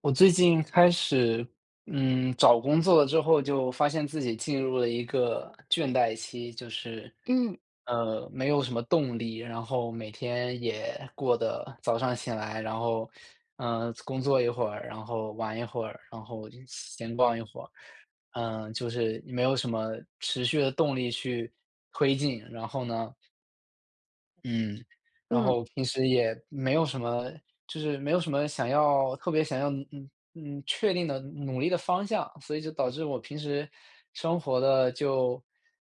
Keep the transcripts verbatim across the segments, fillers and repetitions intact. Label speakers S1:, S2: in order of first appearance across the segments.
S1: 我最近开始，嗯，找工作了之后，就发现自己进入了一个倦怠期，就是，
S2: 嗯
S1: 呃，没有什么动力，然后每天也过得早上醒来，然后，嗯、工作一会儿，然后玩一会儿，然后闲逛一会儿，嗯、就是没有什么持续的动力去推进，然后呢，嗯，然
S2: 嗯
S1: 后平时也没有什么就是没有什么想要特别想要嗯嗯嗯确定的努力的方向，所以就导致我平时生活的就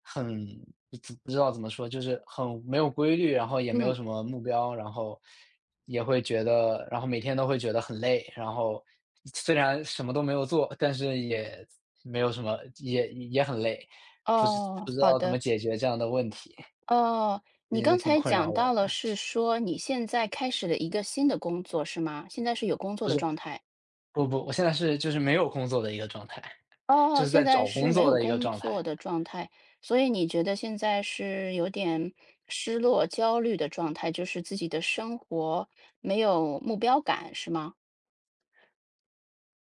S1: 很不知不知道怎么说，就是很没有规律，然后也没有
S2: 嗯，
S1: 什么目标，然后也会觉得然后每天都会觉得很累，然后虽然什么都没有做，但是也没有什么也也很累，不知
S2: 哦，
S1: 不知
S2: 好
S1: 道怎
S2: 的。
S1: 么解决这样的问题，
S2: 哦，你
S1: 也
S2: 刚
S1: 是挺
S2: 才
S1: 困扰
S2: 讲到
S1: 我
S2: 了
S1: 的。
S2: 是说你现在开始了一个新的工作是吗？现在是有工作
S1: 不
S2: 的
S1: 是。
S2: 状态？
S1: 不不，我现在是就是没有工作的一个状态，就
S2: 哦，
S1: 是
S2: 现
S1: 在
S2: 在
S1: 找
S2: 是
S1: 工
S2: 没
S1: 作
S2: 有
S1: 的一个
S2: 工
S1: 状
S2: 作
S1: 态。
S2: 的状态。所以你觉得现在是有点失落、焦虑的状态，就是自己的生活没有目标感，是吗？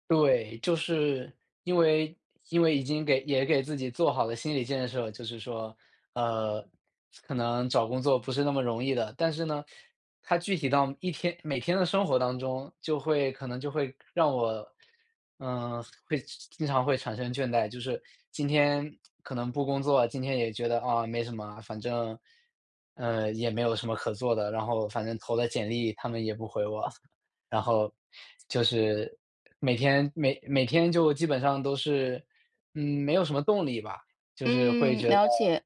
S1: 对，就是因为因为已经给也给自己做好了心理建设，就是说，呃，可能找工作不是那么容易的，但是呢，它具体到一天每天的生活当中，就会可能就会让我，嗯、会经常会产生倦怠，就是今天可能不工作，今天也觉得啊没什么啊，反正，呃，也没有什么可做的，然后反正投了简历，他们也不回我，然后就是每天每每天就基本上都是，嗯，没有什么动力吧，就是会
S2: 嗯，
S1: 觉得
S2: 了解。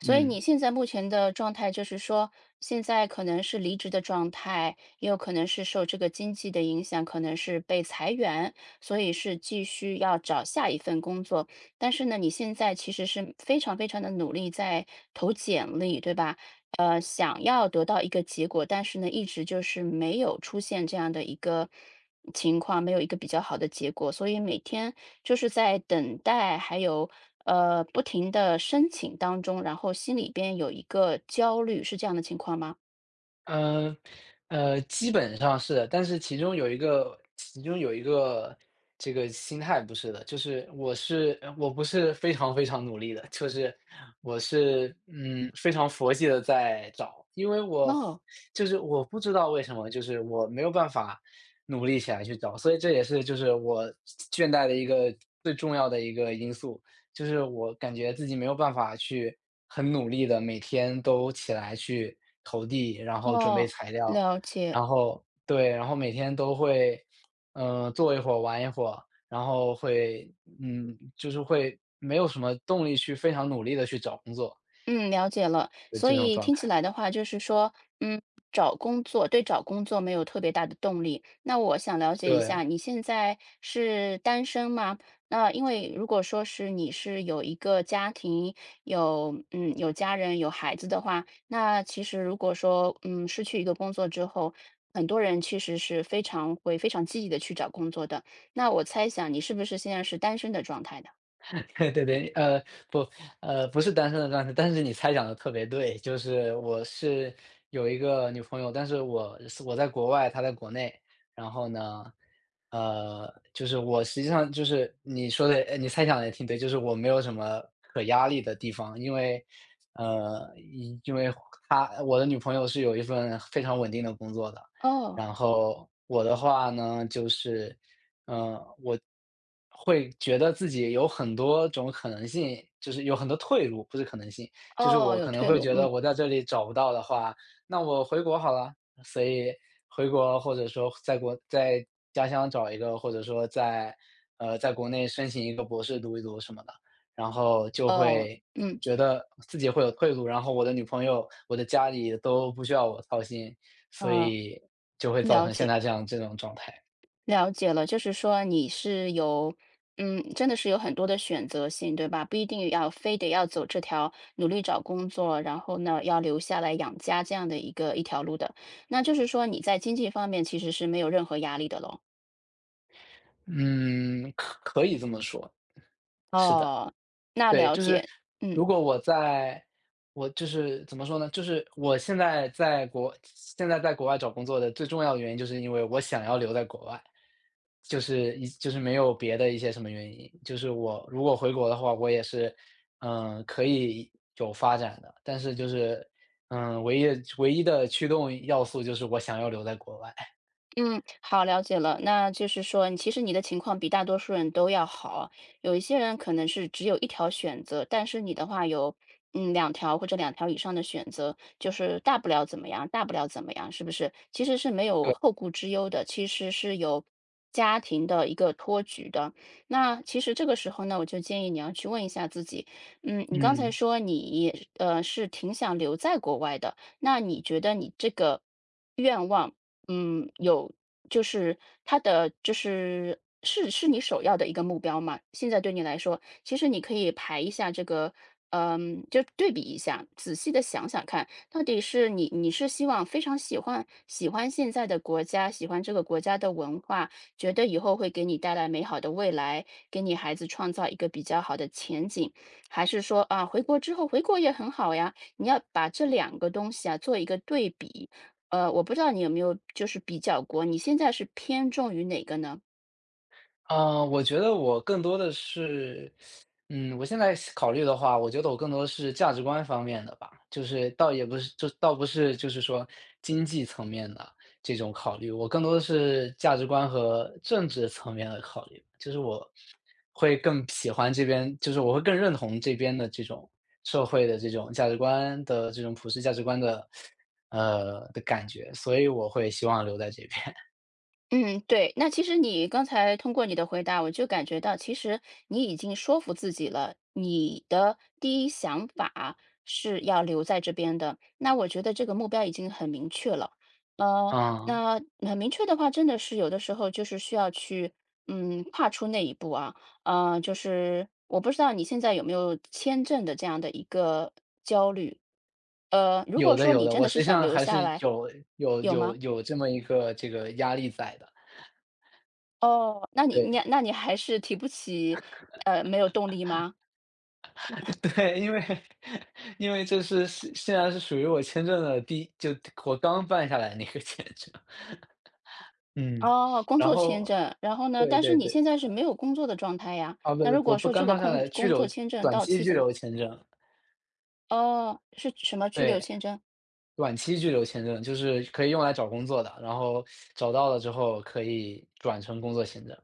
S2: 所以
S1: 嗯。
S2: 你现在目前的状态就是说，现在可能是离职的状态，也有可能是受这个经济的影响，可能是被裁员，所以是继续要找下一份工作。但是呢，你现在其实是非常非常的努力在投简历，对吧？呃，想要得到一个结果，但是呢，一直就是没有出现这样的一个情况，没有一个比较好的结果，所以每天就是在等待，还有呃不停的申请当中，然后心里边有一个焦虑，是这样的情况吗？
S1: 嗯，呃，基本上是的，但是其中有一个其中有一个这个心态不是的，就是我是呃我不是非常非常努力的，就是我是，嗯，非常佛系的在找。因为我
S2: 哦
S1: 就是我不知道为什么，就是我没有办法努力起来去找，所以这也是就是我倦怠的一个最重要的一个因素。就是我感觉自己没有办法去很努力的每天都起来去投递，然后准备
S2: 哦，
S1: 材料，
S2: 了解。
S1: 然后对，然后每天都会，嗯，坐一会儿玩一会儿，然后会嗯，就是会没有什么动力去非常努力的去找工作
S2: 嗯，了解了。
S1: 的
S2: 所
S1: 这种
S2: 以
S1: 状
S2: 听起
S1: 态，
S2: 来的话，就是说，嗯，找工作，对找工作没有特别大的动力。那我想了解一下，
S1: 对。
S2: 你现在是单身吗？那因为如果说是你是有一个家庭，有嗯有家人有孩子的话，那其实如果说嗯失去一个工作之后，很多人其实是非常会非常积极的去找工作的。那我猜想你是不是现在是单身的状态的？
S1: 对对对，呃，不，呃，不是单身的状态，但是你猜想的特别对，就是我是有一个女朋友，但是我是我在国外，她在国内，然后呢，呃，就是我实际上就是你说的，呃你猜想的也挺对，就是我没有什么可压力的地方，因为，呃，因因为她我的女朋友是有一份非常稳定的工作的，
S2: 哦
S1: 然后我的话呢，就是嗯，呃我会觉得自己有很多种可能性，就是有很多退路，不是可能性，就是
S2: 哦，
S1: 我
S2: 有
S1: 可能
S2: 退
S1: 会
S2: 路，
S1: 觉得
S2: 嗯。
S1: 我在这里找不到的话，那我回国好了。所以回国或者说在国在家乡找一个，或者说在呃，在国内申请一个博士读一读什么的，然后就
S2: 哦，
S1: 会
S2: 嗯。
S1: 觉得自己会有退路，然后我的女朋友、我的家里都不需要我操心，所
S2: 啊，
S1: 以就会造
S2: 了
S1: 成现
S2: 解，
S1: 在这样这种状态。
S2: 了解了解了，就是说你是有，嗯，真的是有很多的选择性，对吧？不一定要非得要走这条努力找工作，然后呢要留下来养家这样的一个一条路的。那就是说你在经济方面其实是没有任何压力的咯。
S1: 嗯，可可以这么说。是的，
S2: 哦，那
S1: 对，
S2: 了
S1: 就是
S2: 解，嗯。
S1: 如果我在我就是怎么说呢？就是我现在在国现在在国外找工作的最重要的原因，就是因为我想要留在国外，就是一就是没有别的一些什么原因。就是我如果回国的话，我也是，嗯，可以有发展的，但是就是，嗯，唯一的唯一的驱动要素就是我想要留在国外。
S2: 嗯，好，了解了。那就是说，你其实你的情况比大多数人都要好。有一些人可能是只有一条选择，但是你的话有嗯两条或者两条以上的选择，就是大不了怎么样，大不了怎么样，是不是？其实是没有
S1: 对，
S2: 后顾之忧的，其实是有家庭的一个托举的。那其实这个时候呢，我就建议你要去问一下自己，嗯，你刚才
S1: 嗯。
S2: 说你呃是挺想留在国外的，那你觉得你这个愿望？嗯，有，就是它的就是是是你首要的一个目标嘛。现在对你来说，其实你可以排一下这个，嗯，就对比一下，仔细的想想看，到底是你你是希望非常喜欢喜欢现在的国家，喜欢这个国家的文化，觉得以后会给你带来美好的未来，给你孩子创造一个比较好的前景，还是说啊，回国之后回国也很好呀？你要把这两个东西啊做一个对比。呃，我不知道你有没有就是比较过，你现在是偏重于哪个呢？
S1: 嗯，我觉得我更多的是，嗯，我现在是考虑的话，我觉得我更多的是价值观方面的吧，就是倒也不是，就倒不是就是说经济层面的这种考虑，我更多的是价值观和政治层面的考虑，就是我会更喜欢这边，就是我会更认同这边的这种社会的这种价值观的这种普世价值观的，呃，的感觉，所以我会希望留在这边，
S2: 嗯，对。那其实你刚才通过你的回答，我就感觉到，其实你已经说服自己了，你的第一想法是要留在这边的。那我觉得这个目标已经很明确了。呃，
S1: 嗯。
S2: 那很明确的话，真的是有的时候就是需要去，嗯，跨出那一步啊。呃，就是我不知道你现在有没有签证的这样的一个焦虑。呃，如果
S1: 有的
S2: 说
S1: 有
S2: 你
S1: 的，
S2: 真
S1: 我
S2: 的是
S1: 实际
S2: 想
S1: 上
S2: 留
S1: 还
S2: 下
S1: 是
S2: 来，
S1: 有有
S2: 有
S1: 有
S2: 吗？
S1: 有这么一个这个压力在的，
S2: 哦，那你你
S1: 对
S2: 那你还是提不起呃，没有动力吗？
S1: 对，因为 因为这是是现在是属于我签证的第一就我刚办下来那个签证，嗯，
S2: 哦，工
S1: 然
S2: 作签
S1: 后
S2: 证，然后呢，
S1: 对
S2: 但是
S1: 对
S2: 你
S1: 对，
S2: 现在是没有工作的状态呀，
S1: 啊不
S2: 那如
S1: 不，
S2: 果
S1: 我不
S2: 说这
S1: 刚
S2: 个
S1: 办下
S2: 工
S1: 来居
S2: 工作
S1: 留
S2: 签证
S1: 短
S2: 到
S1: 期
S2: 期
S1: 居
S2: 怎么
S1: 留签证，
S2: 哦，是什么居留
S1: 对，
S2: 签证？
S1: 短期居留签证就是可以用来找工作的，然后找到了之后可以转成工作签证，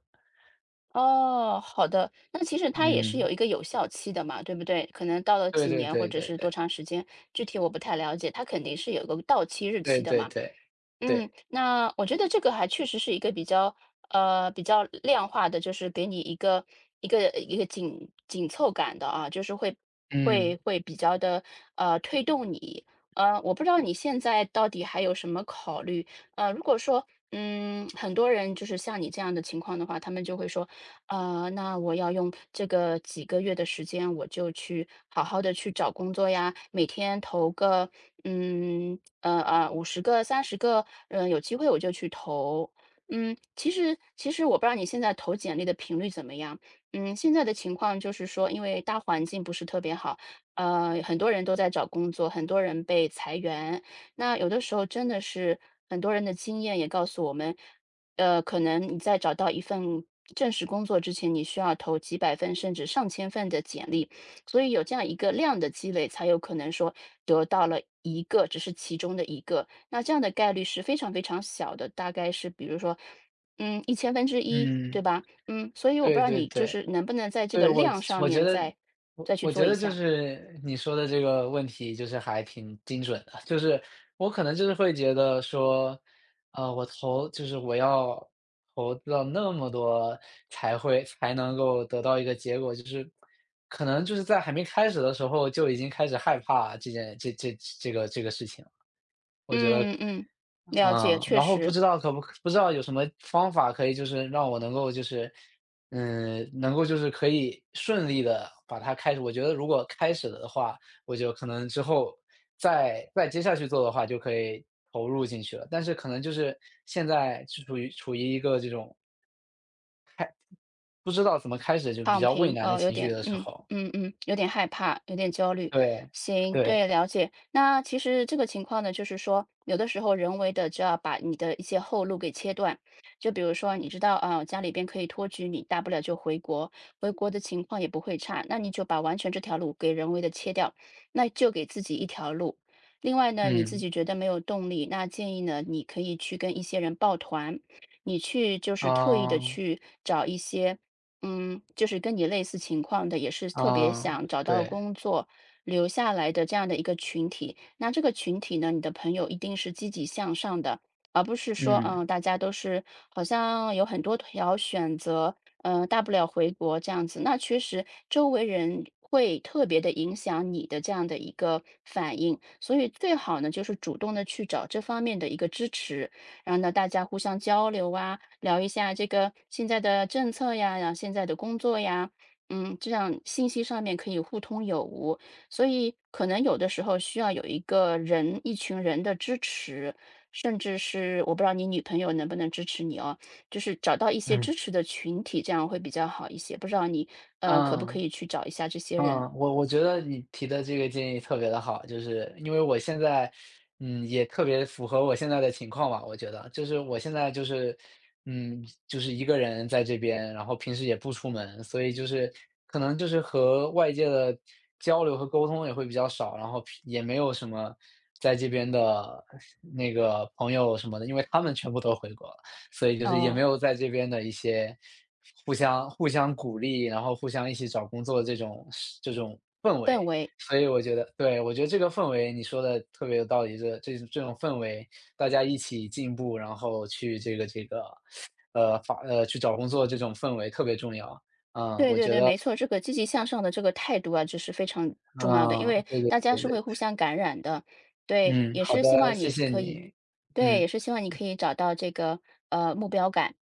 S2: 哦，好的，那其实它也是有
S1: 嗯，
S2: 一个有效期的嘛，对不对？可能到了
S1: 对
S2: 几
S1: 对
S2: 年或
S1: 对
S2: 者
S1: 对
S2: 是多
S1: 对
S2: 长时间，具体我不太了解，它肯定是有个到期日
S1: 对
S2: 期的
S1: 对
S2: 嘛。
S1: 对
S2: 嗯，
S1: 对，
S2: 那我觉得这个还确实是一个比较呃比较量化的，就是给你一个一个一个紧紧凑感的啊，就是会会
S1: 嗯。
S2: 会比较的呃推动你。呃，我不知道你现在到底还有什么考虑？呃，如果说嗯很多人就是像你这样的情况的话，他们就会说呃，那我要用这个几个月的时间，我就去好好的去找工作呀，每天投个，嗯，呃，呃五十个、三十个，嗯，有机会我就去投。嗯，其实其实我不知道你现在投简历的频率怎么样？嗯，现在的情况就是说，因为大环境不是特别好，呃，很多人都在找工作，很多人被裁员。那有的时候真的是很多人的经验也告诉我们呃，可能你在找到一份正式工作之前，你需要投几百份甚至上千份的简历，所以有这样一个量的积累，才有可能说得到了一个，只是其中的一个。那这样的概率是非常非常小的，大概是比如说，嗯，一千分之一，对
S1: 嗯，
S2: 吧？嗯，所以我不知
S1: 对
S2: 道
S1: 对
S2: 你就
S1: 对，
S2: 是能不能在这
S1: 对，
S2: 个
S1: 我
S2: 量上
S1: 我觉
S2: 面
S1: 得，
S2: 再
S1: 我
S2: 再去
S1: 我
S2: 做
S1: 觉
S2: 一
S1: 得就
S2: 下。
S1: 是你说的这个问题，就是还挺精准的。就是我可能就是会觉得说，呃，我投就是我要投到那么多才会才能够得到一个结果，就是可能就是在还没开始的时候就已经开始害怕这件这这这个这个事情了。我觉得
S2: 嗯嗯，嗯
S1: 啊。
S2: 了解，
S1: 啊
S2: 确
S1: 然后不
S2: 实。
S1: 知道可不不知道有什么方法可以就是让我能够就是，嗯，能够就是可以顺利的把它开始我觉得如果开始了的话，我就可能之后再再接下去做的话就可以投入进去了。但是可能就是现在是处于处于一个这种不知道怎么开始就比
S2: 躺
S1: 较畏
S2: 平，
S1: 难的
S2: 哦，有
S1: 情绪
S2: 点，
S1: 的时
S2: 嗯
S1: 候。
S2: 嗯嗯，有点害怕，有点焦虑。
S1: 对，
S2: 行，
S1: 对，
S2: 对，了解。那其实这个情况呢，就是说，有的时候人为的就要把你的一些后路给切断。就比如说，你知道啊，家里边可以托举你，大不了就回国，回国的情况也不会差，那你就把完全这条路给人为的切掉，那就给自己一条路。另外呢，你自
S1: 嗯，
S2: 己觉得没有动力，那建议呢，你可以去跟一些人抱团，你去就是特意的
S1: 啊，
S2: 去找一些嗯，就是跟你类似情况的，也是特别
S1: 啊，
S2: 想找到
S1: 对，
S2: 工作留下来的这样的一个群体。那这个群体呢，你的朋友一定是积极向上的，而不是说，
S1: 嗯，
S2: 嗯，大家都是好像有很多条选择，嗯，大不了回国这样子。那确实周围人会特别的影响你的这样的一个反应，所以最好呢，就是主动的去找这方面的一个支持。然后呢，大家互相交流啊，聊一下这个现在的政策呀，然后现在的工作呀，嗯，这样信息上面可以互通有无，所以可能有的时候需要有一个人、一群人的支持，甚至是我不知道你女朋友能不能支持你哦，就是找到一些
S1: 嗯，
S2: 支持的群体，这样会比较好一些。不知道你呃可不可
S1: 啊。
S2: 以去找一下这些人
S1: 嗯，我我觉得你提的这个建议特别的好，就是因为我现在，嗯，也特别符合我现在的情况吧，我觉得，就是我现在就是，嗯，就是一个人在这边，然后平时也不出门，所以就是可能就是和外界的交流和沟通也会比较少，然后也没有什么在这边的那个朋友什么的，因为他们全部都回国了。所以就是也没
S2: 哦，
S1: 有在这边的一些互相互相鼓励，然后互相一起找工作这种这种氛围。
S2: 氛围。
S1: 所以我觉得对，我觉得这个氛围你说的特别有道理，这这这种氛围，大家一起进步，然后去这个这个，呃，发呃，去找工作这种氛围特别重要。
S2: 对对对，没错，这个积极向上的这个态度啊，就是非常重要的，因
S1: 嗯，
S2: 为
S1: 对对
S2: 大家
S1: 对
S2: 是会
S1: 对，
S2: 互相感染的。对，
S1: 嗯，
S2: 也
S1: 好
S2: 是希
S1: 的，
S2: 望
S1: 谢
S2: 你
S1: 谢
S2: 可以
S1: 你，
S2: 对，
S1: 嗯。
S2: 也是希望你可以找到这个，呃，目标感。